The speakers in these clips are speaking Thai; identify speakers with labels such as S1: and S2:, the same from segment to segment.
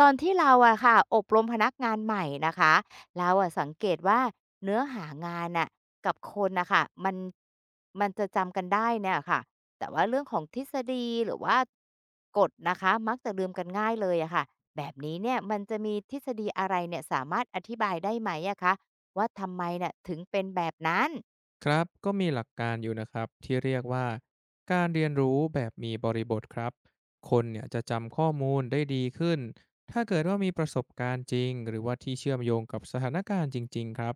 S1: ตอนที่เราอะค่ะอบรมพนักงานใหม่นะคะเราอะสังเกตว่าเนื้อหางานน่ะกับคนนะคะมันจะจำกันได้เนี่ยค่ะแต่ว่าเรื่องของทฤษฎีหรือว่ากฎนะคะมักจะลืมกันง่ายเลยอะค่ะแบบนี้เนี่ยมันจะมีทฤษฎีอะไรเนี่ยสามารถอธิบายได้ไหมอะคะว่าทำไมเนี่ยถึงเป็นแบบนั้น
S2: ครับก็มีหลักการอยู่นะครับที่เรียกว่าการเรียนรู้แบบมีบริบทครับคนเนี่ยจะจำข้อมูลได้ดีขึ้นถ้าเกิดว่ามีประสบการณ์จริงหรือว่าที่เชื่อมโยงกับสถานการณ์จริงๆครับ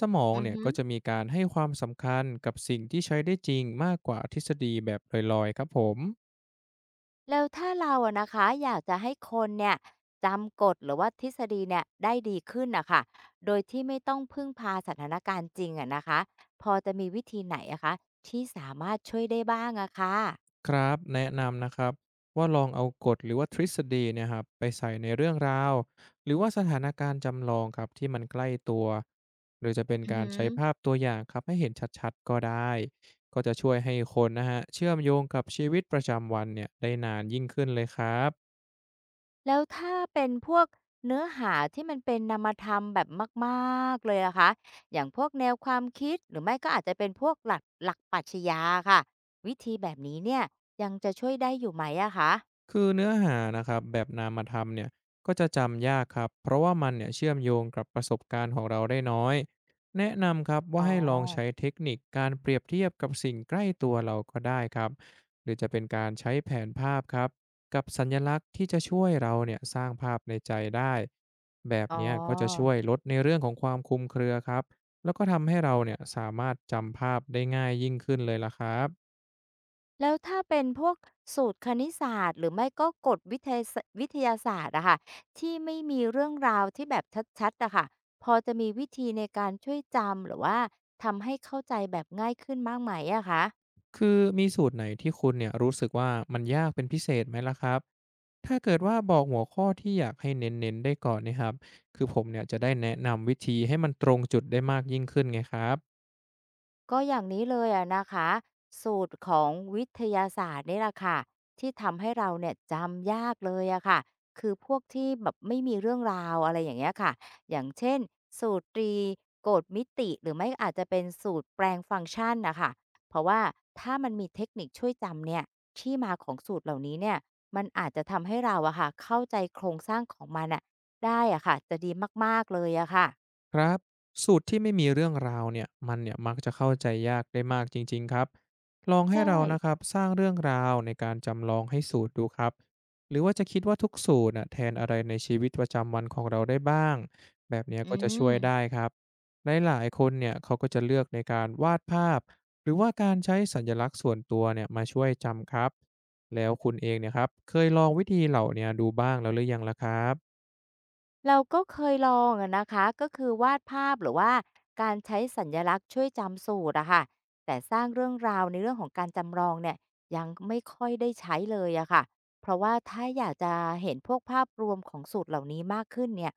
S2: สมอง
S1: อือ
S2: เนี่ย
S1: ฮึ
S2: ก็จะมีการให้ความสำคัญกับสิ่งที่ใช้ได้จริงมากกว่าทฤษฎีแบบลอยๆครับผม
S1: แล้วถ้าเราอะนะคะอยากจะให้คนเนี่ยจำกฎหรือว่าทฤษฎีเนี่ยได้ดีขึ้นนะค่ะโดยที่ไม่ต้องพึ่งพาสถานการณ์จริงอะนะคะพอจะมีวิธีไหนอะคะที่สามารถช่วยได้บ้างอะค่ะ
S2: ครับแนะนำนะครับว่าลองเอากฎหรือว่าทฤษฎีเนี่ยครับไปใส่ในเรื่องราวหรือว่าสถานการณ์จำลองครับที่มันใกล้ตัวหรือจะเป็น
S1: อือ
S2: การ
S1: หือ
S2: ใช้ภาพตัวอย่างครับให้เห็นชัดๆก็ได้ก็จะช่วยให้คนนะฮะเชื่อมโยงกับชีวิตประจำวันเนี่ยได้นานยิ่งขึ้นเลยครับ
S1: แล้วถ้าเป็นพวกเนื้อหาที่มันเป็นนามธรรมแบบมากๆเลยอะคะอย่างพวกแนวความคิดหรือไม่ก็อาจจะเป็นพวกหลักปรัชญาอะค่ะวิธีแบบนี้เนี่ยยังจะช่วยได้อยู่ไหมอะคะ
S2: คือเนื้อหานะครับแบบนามธรรมเนี่ยก็จะจำยากครับเพราะว่ามันเนี่ยเชื่อมโยงกับประสบการณ์ของเราได้น้อยแนะนำครับ
S1: อ๋
S2: ว่า
S1: อ
S2: ให้ลองใช้เทคนิคการเปรียบเทียบกับสิ่งใกล้ตัวเราก็ได้ครับหรือจะเป็นการใช้แผนภาพครับกับสัญลักษณ์ที่จะช่วยเราเนี่ยสร้างภาพในใจได้แบบ
S1: อ๋อ
S2: เนี้ยก็จะช่วยลดในเรื่องของความคลุมเครือครับแล้วก็ทำให้เราเนี่ยสามารถจำภาพได้ง่ายยิ่งขึ้นเลยล่ะครับ
S1: แล้วถ้าเป็นพวกสูตรคณิตศาสตร์หรือไม่ก็กฎวิทยาศวิทยาศาสตร์อะค่ะที่ไม่มีเรื่องราวที่แบบชัดๆอะค่ะพอจะมีวิธีในการช่วยจำหรือว่าทำให้เข้าใจแบบง่ายขึ้นบ้างไหมอะคะ
S2: คือมีสูตรไหนที่คุณเนี่ยรู้สึกว่ามันยากเป็นพิเศษไหมล่ะครับถ้าเกิดว่าบอกหัวข้อที่อยากให้เน้นๆได้ก่อนเนะครับคือผมเนี่ยจะได้แนะนำวิธีให้มันตรงจุดได้มากยิ่งขึ้นไงครับ
S1: ก็อย่างนี้เลยอะนะคะสูตรของวิทยาศาสตร์นี่แหละค่ะที่ทำให้เราเนี่ยจำยากเลยอะค่ะคือพวกที่แบบไม่มีเรื่องราวอะไรอย่างเงี้ยค่ะอย่างเช่นสูตรตรีโกณมิติหรือไม่อาจจะเป็นสูตรแปลงฟังก์ชันนะคะเพราะว่าถ้ามันมีเทคนิคช่วยจำเนี่ยที่มาของสูตรเหล่านี้เนี่ยมันอาจจะทำให้เราอะค่ะเข้าใจโครงสร้างของมันอะได้อะค่ะจะดีมากๆเลยอะค่ะ
S2: ครับสูตรที่ไม่มีเรื่องราวเนี่ยมันเนี่ยมักจะเข้าใจยากได้มากจริงๆครับลองให้
S1: ใช่
S2: เรานะครับสร้างเรื่องราวในการจำลองให้สูตรดูครับหรือว่าจะคิดว่าทุกสูตรน่ะแทนอะไรในชีวิตประจำวันของเราได้บ้างแบบเนี้ย
S1: อื
S2: ก็จะช่
S1: ม
S2: วยได้ครับหลายๆคนเนี่ยเขาก็จะเลือกในการวาดภาพหรือว่าการใช้สัญลักษณ์ส่วนตัวเนี่ยมาช่วยจำครับแล้วคุณเองเนี่ยครับเคยลองวิธีเหล่าเนี้ดูบ้างแล้วหรือยังล่ะครับ
S1: เราก็เคยลองอะนะคะก็คือวาดภาพหรือว่าการใช้สัญลักษณ์ช่วยจำสูตรอะค่ะแต่สร้างเรื่องราวในเรื่องของการจำลองเนี่ยยังไม่ค่อยได้ใช้เลยอะค่ะเพราะว่าถ้าอยากจะเห็นพวกภาพรวมของสูตรเหล่านี้มากขึ้นเนี่ย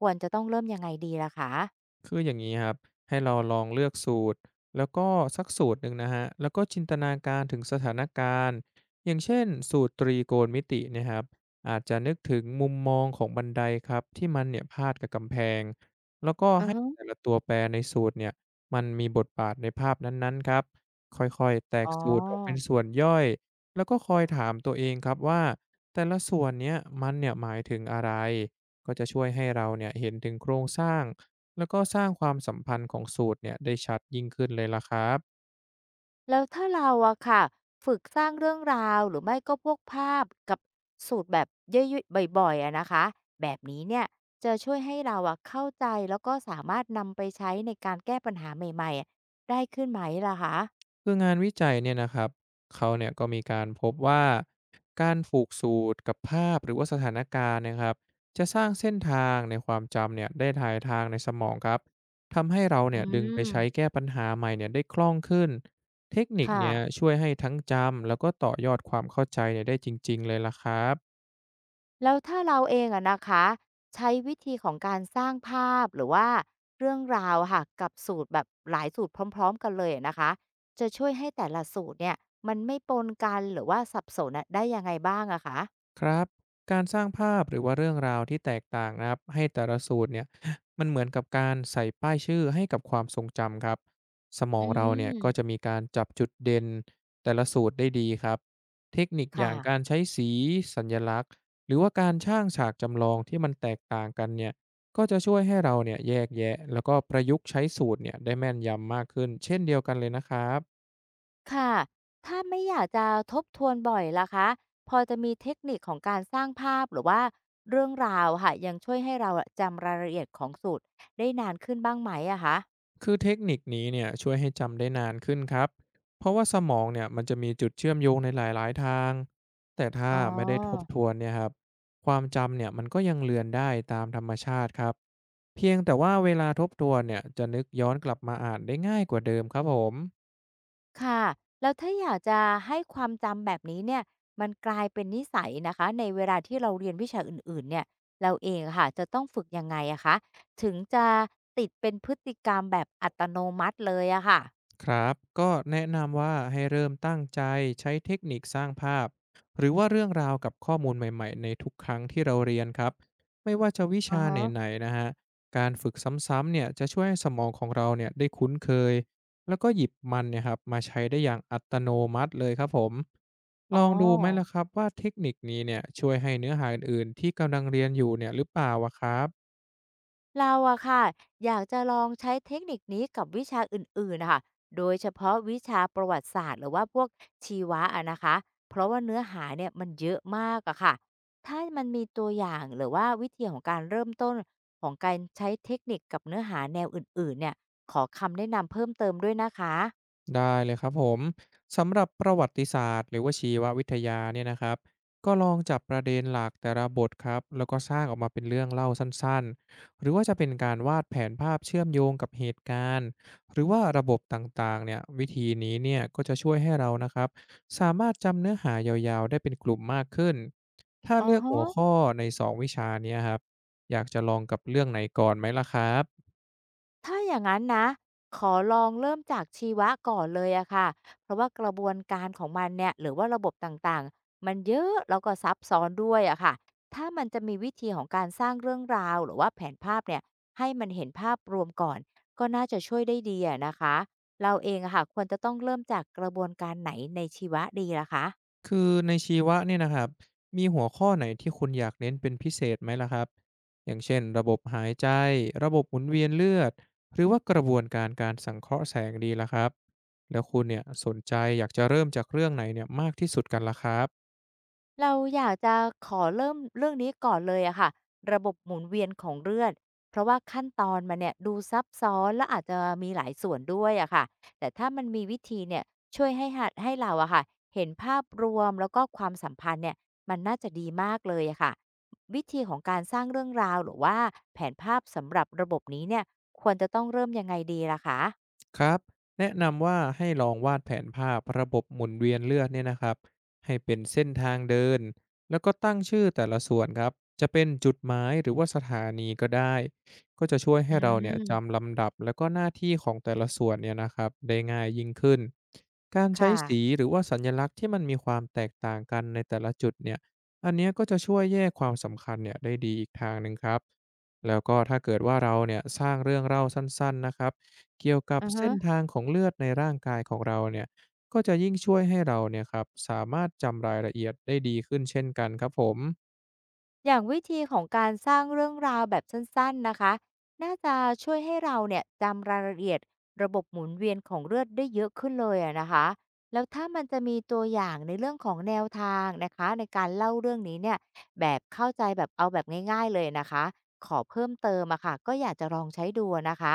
S1: ควรจะต้องเริ่มยังไงดีล่ะคะ
S2: คืออย่างนี้ครับให้เราลองเลือกสูตรแล้วก็สักสูตรหนึ่งนะฮะแล้วก็จินตนาการถึงสถานการณ์อย่างเช่นสูตรตรีโกณมิติเนะครับอาจจะนึกถึงมุมมองของบันไดครับที่มันเนี่ยพาดกับกำแพงแล้วก็
S1: อือ
S2: ให้
S1: ฮึ
S2: แต่ละตัวแปรในสูตรเนี่ยมันมีบทบาทในภาพนั้นๆครับค่อยๆแตก
S1: อ๋อ
S2: สูตรออกเป็นส่วนย่อยแล้วก็คอยถามตัวเองครับว่าแต่ละส่วนเนี้ยมันเนี่ยหมายถึงอะไรก็จะช่วยให้เราเนี่ยเห็นถึงโครงสร้าง แล้วก็สร้างความสัมพันธ์ของสูตรเนี่ยได้ชัดยิ่งขึ้นเลยล่ะครับ
S1: แล้วถ้าเราอะค่ะฝึกสร้างเรื่องราวหรือไม่ก็พวกภาพกับสูตรแบบเยอะๆบ่อยๆอะนะคะแบบนี้เนี่ยจะช่วยให้เราอะเข้าใจแล้วก็สามารถนำไปใช้ในการแก้ปัญหาใหม่ๆอะได้ขึ้นไหมล่ะคะ
S2: คืองานวิจัยเนี่ยนะครับเขาเนี่ยก็มีการพบว่าการฝูกสูตรกับภาพหรือว่าสถานการณ์นะครับจะสร้างเส้นทางในความจำเนี่ยได้ถ่ายทางในสมองครับทำให้เรา
S1: อื
S2: เนี่ยดึงไปใช้
S1: ม
S2: แก้ปัญหาใหม่เนี่ยได้คล่องขึ้นเทคนิค
S1: ค่ะ
S2: เนี่ยช่วยให้ทั้งจำแล้วก็ต่อยอดความเข้าใจเนี่ยได้จริงๆเลยล่ะครับ
S1: แล้วถ้าเราเองอะนะคะใช้วิธีของการสร้างภาพหรือว่าเรื่องราวอะค่ะกับสูตรแบบหลายสูตรพร้อมๆกันเลยอะนะคะจะช่วยให้แต่ละสูตรเนี่ยมันไม่ปนกันหรือว่าสับสนอะได้ยังไงบ้างอะคะ
S2: ครับการสร้างภาพหรือว่าเรื่องราวที่แตกต่างนะครับให้แต่ละสูตรเนี่ย มันเหมือนกับการใส่ป้ายชื่อให้กับความทรงจำครับสมอ
S1: อื
S2: งเราเนี่ยก็จะ
S1: ม
S2: มีการจับจุดเด่นแต่ละสูตรได้ดีครับเทคนิคอ
S1: ค่ะ
S2: ย่างการใช้สีสัญลักษณ์หรือว่าการช่างฉากจำลองที่มันแตกต่างกันเนี่ยก็จะช่วยให้เราเนี่ยแยกแยะแล้วก็ประยุกต์ใช้สูตรเนี่ยได้แม่นยำมากขึ้นเช่นเดียวกันเลยนะครับ
S1: ค่ะถ้าไม่อยากจะทบทวนบ่อยล่ะคะพอจะมีเทคนิคของการสร้างภาพหรือว่าเรื่องราวค่ะยังช่วยให้เราอะจำรายละเอียดของสูตรได้นานขึ้นบ้างไหมอะคะ
S2: คือเทคนิคนี้เนี่ยช่วยให้จำได้นานขึ้นครับเพราะว่าสมองเนี่ยมันจะมีจุดเชื่อมโยงในหลายๆทางแต่ถ้า
S1: อ๋อ
S2: ไม่ได้ทบทวนเนี่ยครับความจำเนี่ยมันก็ยังเลือนได้ตามธรรมชาติครับเพียงแต่ว่าเวลาทบทวนเนี่ยจะนึกย้อนกลับมาอ่านได้ง่ายกว่าเดิมครับผม
S1: ค่ะแล้วถ้าอยากจะให้ความจำแบบนี้เนี่ยมันกลายเป็นนิสัยนะคะในเวลาที่เราเรียนวิชาอื่นๆเนี่ยเราเองอะค่ะจะต้องฝึกยังไงอะคะถึงจะติดเป็นพฤติกรรมแบบอัตโนมัติเลยอะค่ะ
S2: ครับก็แนะนำว่าให้เริ่มตั้งใจใช้เทคนิคสร้างภาพหรือว่าเรื่องราวกับข้อมูลใหม่ๆในทุกครั้งที่เราเรียนครับไม่ว่าจะวิ
S1: อะ
S2: ชาไ
S1: ฮะ
S2: หนๆนะฮะการฝึกซ้ำๆเนี่ยจะช่วยให้สมองของเราเนี่ยได้คุ้นเคยแล้วก็หยิบมันเนี่ยครับมาใช้ได้อย่างอัตโนมัติเลยครับผม
S1: อ๋
S2: ล
S1: อ
S2: องดูไหมล่ะครับว่าเทคนิคนี้เนี่ยช่วยให้เนื้อหาอื่นๆที่กำลังเรียนอยู่เนี่ยหรือเปล่าอะครับ
S1: เราอะค่ะอยากจะลองใช้เทคนิคนี้กับวิชาอื่นๆนะคะโดยเฉพาะวิชาประวัติศาสตร์หรือว่าพวกชีวะอะนะคะเพราะว่าเนื้อหาเนี่ยมันเยอะมากอะค่ะถ้ามันมีตัวอย่างหรือว่าวิธีของการเริ่มต้นของการใช้เทคนิคกับเนื้อหาแนวอื่นๆเนี่ยขอคำแนะนำเพิ่มเติมด้วยนะคะ
S2: ได้เลยครับผมสำหรับประวัติศาสตร์หรือว่าชีววิทยาเนี่ยนะครับก็ลองจับประเด็นหลักแต่ละบทครับแล้วก็สร้างออกมาเป็นเรื่องเล่าสั้นๆหรือว่าจะเป็นการวาดแผนภาพเชื่อมโยงกับเหตุการณ์หรือว่าระบบต่างๆเนี่ยวิธีนี้เนี่ยก็จะช่วยให้เรานะครับสามารถจำเนื้อหายาวๆได้เป็นกลุ่มมากขึ้นถ้า
S1: อ๋อ
S2: เลือกหัว
S1: ะ
S2: ข้อในสองวิชาเนี้ครับอยากจะลองกับเรื่องไหนก่อนไหมล่ะครับ
S1: ถ้าอย่างนั้นนะขอลองเริ่มจากชีวะก่อนเลยอะค่ะเพราะว่ากระบวนการของมันเนี่ยหรือว่าระบบต่างๆมันเยอะแล้วก็ซับซ้อนด้วยอะค่ะถ้ามันจะมีวิธีของการสร้างเรื่องราวหรือว่าแผนภาพเนี่ยให้มันเห็นภาพรวมก่อนก็น่าจะช่วยได้ดีอะนะคะเราเองอะค่ะควรจะต้องเริ่มจากกระบวนการไหนในชีวะดีล่ะคะ
S2: คือในชีวะเนี่ยนะครับมีหัวข้อไหนที่คุณอยากเน้นเป็นพิเศษไหมล่ะครับ อย่างเช่นระบบหายใจ ระบบหมุนเวียนเลือด หรือว่ากระบวนการการสังเคราะห์แสงดีล่ะครับ แล้วคุณเนี่ยสนใจอยากจะเริ่มจากเรื่องไหนเนี่ยมากที่สุดกันล่ะครับ
S1: เราอยากจะขอเริ่มเรื่องนี้ก่อนเลยอะค่ะระบบหมุนเวียนของเลือดเพราะว่าขั้นตอนมันเนี่ยดูซับซ้อนและอาจจะมีหลายส่วนด้วยอะค่ะแต่ถ้ามันมีวิธีเนี่ยช่วยให้หัดให้เราอะค่ะเห็นภาพรวมแล้วก็ความสัมพันธ์เนี่ยมันน่าจะดีมากเลยอะค่ะวิธีของการสร้างเรื่องราวหรือว่าแผนภาพสำหรับระบบนี้เนี่ยควรจะต้องเริ่มยังไงดีล่ะคะ
S2: ครับแนะนำว่าให้ลองวาดแผนภาพระบบหมุนเวียนเลือดเนี่ยนะครับให้เป็นเส้นทางเดินแล้วก็ตั้งชื่อแต่ละส่วนครับจะเป็นจุดหมายหรือว่าสถานีก็ได้ก็จะช่วย
S1: อื
S2: ให้เราเนี่ย
S1: ม
S2: จำลำดับแล้วก็หน้าที่ของแต่ละส่วนเนี่ยนะครับได้ง่ายยิ่งขึ้นการใช้
S1: ค่ะ
S2: สีหรือว่าสัญลักษณ์ที่มันมีความแตกต่างกันในแต่ละจุดเนี่ยอันเนี้ยก็จะช่วยแยกความสำคัญเนี่ยได้ดีอีกทางหนึ่งครับแล้วก็ถ้าเกิดว่าเราเนี่ยสร้างเรื่องเล่าสั้นๆนะครับ เกี่ยวกับ
S1: อะฮะ
S2: เส้นทางของเลือดในร่างกายของเราเนี่ยก็จะยิ่งช่วยให้เราเนี่ยครับสามารถจำรายละเอียดได้ดีขึ้นเช่นกันครับผม
S1: อย่างวิธีของการสร้างเรื่องราวแบบสั้นๆนะคะน่าจะช่วยให้เราเนี่ยจำรายละเอียดระบบหมุนเวียนของเลือดได้เยอะขึ้นเลยอะนะคะแล้วถ้ามันจะมีตัวอย่างในเรื่องของแนวทางนะคะในการเล่าเรื่องนี้เนี่ยแบบเข้าใจแบบเอาแบบง่ายๆเลยนะคะขอเพิ่มเติมอะค่ะก็อยากจะลองใช้ดูอะนะคะ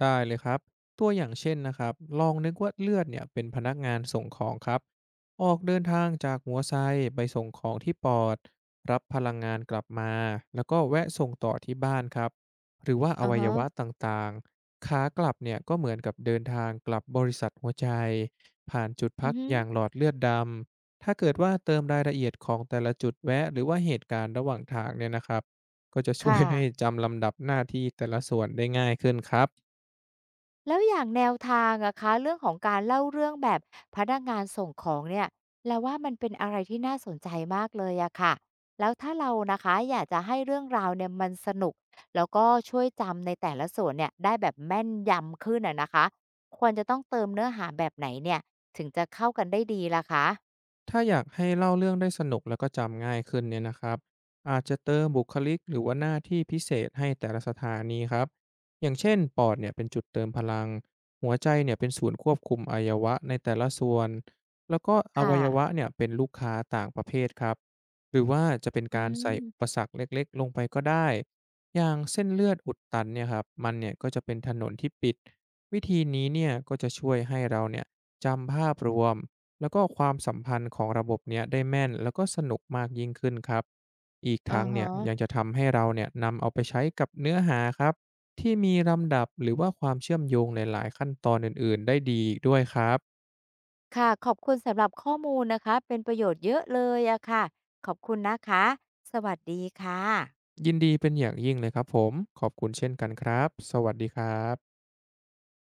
S2: ได้เลยครับตัวอย่างเช่นนะครับลองนึกว่าเลือดเนี่ยเป็นพนักงานส่งของครับออกเดินทางจากหัวไซไปส่งของที่ปอดรับพลังงานกลับมาแล้วก็แวะส่งต่อที่บ้านครับหรือว่าอ
S1: ออ
S2: วัย
S1: ฮะ
S2: วะต่างๆขากลับเนี่ยก็เหมือนกับเดินทางกลับบริษัทหัวใจผ่านจุด
S1: อื
S2: พั
S1: อ
S2: ก
S1: ฮึ
S2: อย่างหลอดเลือดดำถ้าเกิดว่าเติมรายละเอียดของแต่ละจุดแวะหรือว่าเหตุการณ์ระหว่างทางเนี่ยนะครับก็จะช่วย
S1: ค่ะ
S2: ให้จำลำดับหน้าที่แต่ละส่วนได้ง่ายขึ้นครับ
S1: แล้วอย่างแนวทางอะคะเรื่องของการเล่าเรื่องแบบพนักงานส่งของเนี่ยแล้วว่ามันเป็นอะไรที่น่าสนใจมากเลยอะค่ะแล้วถ้าเรานะคะอยากจะให้เรื่องราวเนี่ยมันสนุกแล้วก็ช่วยจำในแต่ละส่วนเนี่ยได้แบบแม่นยำขึ้นอะนะคะควรจะต้องเติมเนื้อหาแบบไหนเนี่ยถึงจะเข้ากันได้ดีล่ะคะ
S2: ถ้าอยากให้เล่าเรื่องได้สนุกแล้วก็จำง่ายขึ้นเนี่ยนะครับอาจจะเติมบุคลิกหรือว่าหน้าที่พิเศษให้แต่ละสถานีครับอย่างเช่นปอดเนี่ยเป็นจุดเติมพลังหัวใจเนี่ยเป็นศูนย์ควบคุมอวัยวะในแต่ละส่วนแล้วก็อ
S1: ค่ะ
S2: วัยวะเนี่ยเป็นลูกค้าต่างประเภทครับหรือว่าจะเป็น
S1: อื
S2: การใส่อุป
S1: ม
S2: สรรคเล็กๆลงไปก็ได้อย่างเส้นเลือดอุดตันเนี่ยครับมันเนี่ยก็จะเป็นถนนที่ปิดวิธีนี้เนี่ยก็จะช่วยให้เราเนี่ยจำภาพรวม แล้วก็ความสัมพันธ์ของระบบเนี้ยได้แม่นแล้วก็สนุกมากยิ่งขึ้นครับอีก
S1: อ่า
S2: ทั้งเนี่
S1: ฮะ
S2: ยยังจะทำให้เราเนี่ยนำเอาไปใช้กับเนื้อหาครับที่มีลำดับหรือว่าความเชื่อมโยงในหลายขั้นตอนอื่นๆได้ดีอีกด้วยครับ
S1: ค่ะขอบคุณสำหรับข้อมูลนะคะเป็นประโยชน์เยอะเลยอะค่ะขอบคุณนะคะสวัสดีค่ะ
S2: ยินดีเป็นอย่างยิ่งเลยครับผมขอบคุณเช่นกันครับสวัสดีครับ